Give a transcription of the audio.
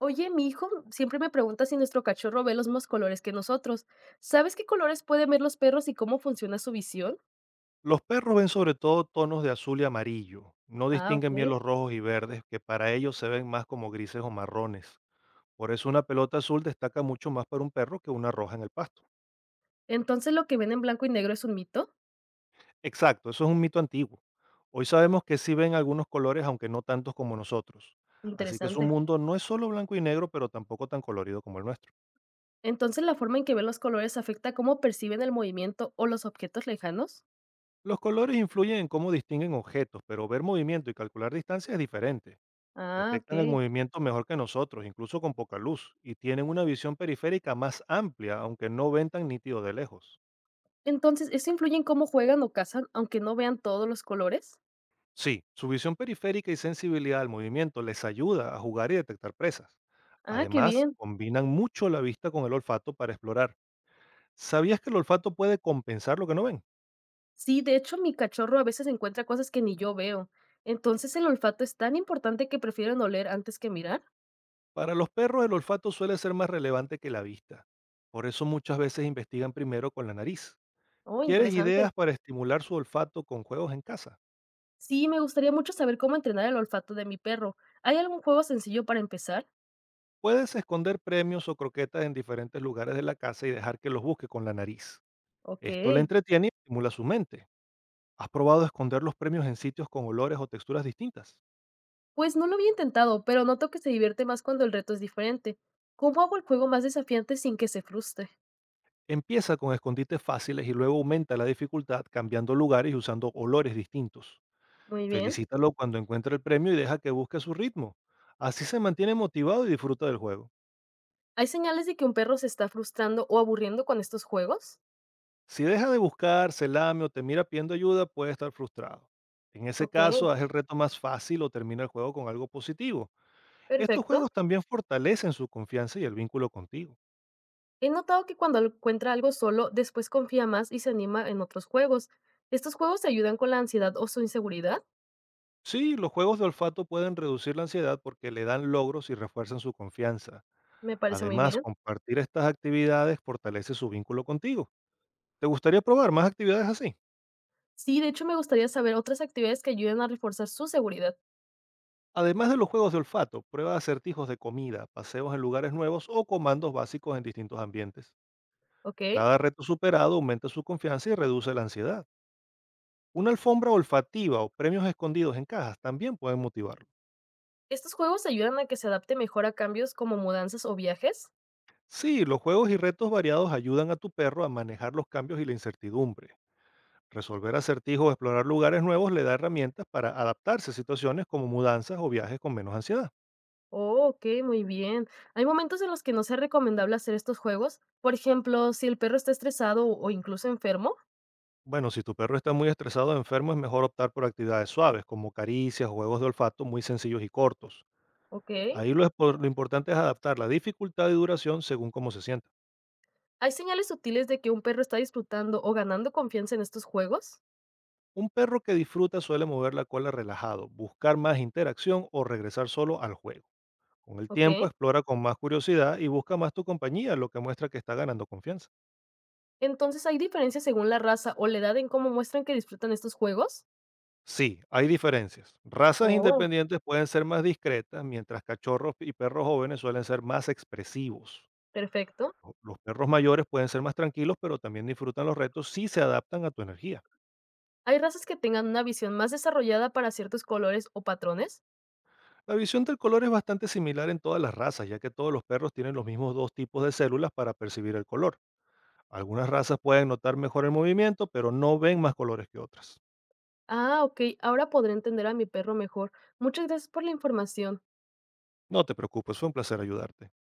Oye, mi hijo siempre me pregunta si nuestro cachorro ve los mismos colores que nosotros. ¿Sabes qué colores pueden ver los perros y cómo funciona su visión? Los perros ven sobre todo tonos de azul y amarillo. No Ah, ok. distinguen bien los rojos y verdes, que para ellos se ven más como grises o marrones. Por eso una pelota azul destaca mucho más para un perro que una roja en el pasto. Entonces lo que ven en blanco y negro es un mito. Exacto, eso es un mito antiguo. Hoy sabemos que sí ven algunos colores, aunque no tantos como nosotros. Así que su Interesante. mundo no es solo blanco y negro, pero tampoco tan colorido como el nuestro. Entonces la forma en que ven los colores afecta cómo perciben el movimiento o los objetos lejanos. Los colores influyen en cómo distinguen objetos, pero ver movimiento y calcular distancia es diferente. Ah, Detectan el ok. movimiento mejor que nosotros, incluso con poca luz, y tienen una visión periférica más amplia, aunque no ven tan nítido de lejos. Entonces, ¿eso influye en cómo juegan o cazan, aunque no vean todos los colores? Sí, su visión periférica y sensibilidad al movimiento les ayuda a jugar y detectar presas. Ah, qué Además, bien. combinan mucho la vista con el olfato para explorar. ¿Sabías que el olfato puede compensar lo que no ven? Sí, de hecho, mi cachorro a veces encuentra cosas que ni yo veo. Entonces, ¿el olfato es tan importante que prefieren oler antes que mirar? Para los perros el olfato suele ser más relevante que la vista. Por eso muchas veces investigan primero con la nariz. Oh, ¿Quieres interesante. ideas para estimular su olfato con juegos en casa? Sí, me gustaría mucho saber cómo entrenar el olfato de mi perro. ¿Hay algún juego sencillo para empezar? Puedes esconder premios o croquetas en diferentes lugares de la casa y dejar que los busque con la nariz. Ok. Esto le entretiene y estimula su mente. ¿Has probado esconder los premios en sitios con olores o texturas distintas? Pues no lo había intentado, pero noto que se divierte más cuando el reto es diferente. ¿Cómo hago el juego más desafiante sin que se frustre? Empieza con escondites fáciles y luego aumenta la dificultad cambiando lugares y usando olores distintos. Muy bien. Felicítalo cuando encuentre el premio y deja que busque a su ritmo. Así se mantiene motivado y disfruta del juego. ¿Hay señales de que un perro se está frustrando o aburriendo con estos juegos? Si deja de buscar, se lame o te mira pidiendo ayuda, puede estar frustrado. En ese Ok, caso, haz el reto más fácil o termina el juego con algo positivo. Estos perfecto. juegos también fortalecen su confianza y el vínculo contigo. He notado que cuando encuentra algo solo, después confía más y se anima en otros juegos. ¿Estos juegos te ayudan con la ansiedad o su inseguridad? Sí, los juegos de olfato pueden reducir la ansiedad porque le dan logros y refuerzan su confianza. Me parece muy Además, bien. compartir estas actividades fortalece su vínculo contigo. ¿Te gustaría probar más actividades así? Sí, de hecho, me gustaría saber otras actividades que ayuden a reforzar su seguridad, Además de los juegos de olfato, prueba acertijos de comida, paseos en lugares nuevos o comandos básicos en distintos ambientes. ¿ok? Cada reto superado aumenta su confianza y reduce la ansiedad. Una alfombra olfativa o premios escondidos en cajas también pueden motivarlo. ¿Estos juegos ayudan a que se adapte mejor a cambios como mudanzas o viajes? Sí, los juegos y retos variados ayudan a tu perro a manejar los cambios y la incertidumbre. Resolver acertijos o explorar lugares nuevos le da herramientas para adaptarse a situaciones como mudanzas o viajes con menos ansiedad. Oh, ok, muy bien. Hay momentos en los que no sea recomendable hacer estos juegos. Por ejemplo, si el perro está estresado o incluso enfermo, Bueno, si tu perro está muy estresado o enfermo, es mejor optar por actividades suaves, como caricias o juegos de olfato muy sencillos y cortos. ¿ok? Lo importante es adaptar la dificultad y duración según cómo se sienta. ¿Hay señales sutiles de que un perro está disfrutando o ganando confianza en estos juegos? Un perro que disfruta suele mover la cola relajado, buscar más interacción o regresar solo al juego. Con el ¿Ok? tiempo explora con más curiosidad y busca más tu compañía, lo que muestra que está ganando confianza. Entonces, ¿hay diferencias según la raza o la edad en cómo muestran que disfrutan estos juegos? Sí, hay diferencias. Razas Oh, independientes pueden ser más discretas, mientras cachorros y perros jóvenes suelen ser más expresivos. perfecto. Los perros mayores pueden ser más tranquilos, pero también disfrutan los retos si se adaptan a tu energía. ¿Hay razas que tengan una visión más desarrollada para ciertos colores o patrones? La visión del color es bastante similar en todas las razas, ya que todos los perros tienen los mismos dos tipos de células para percibir el color. Algunas razas pueden notar mejor el movimiento, pero no ven más colores que otras. Ah, ok, ahora podré entender a mi perro mejor. Muchas gracias por la información. No te preocupes, fue un placer ayudarte.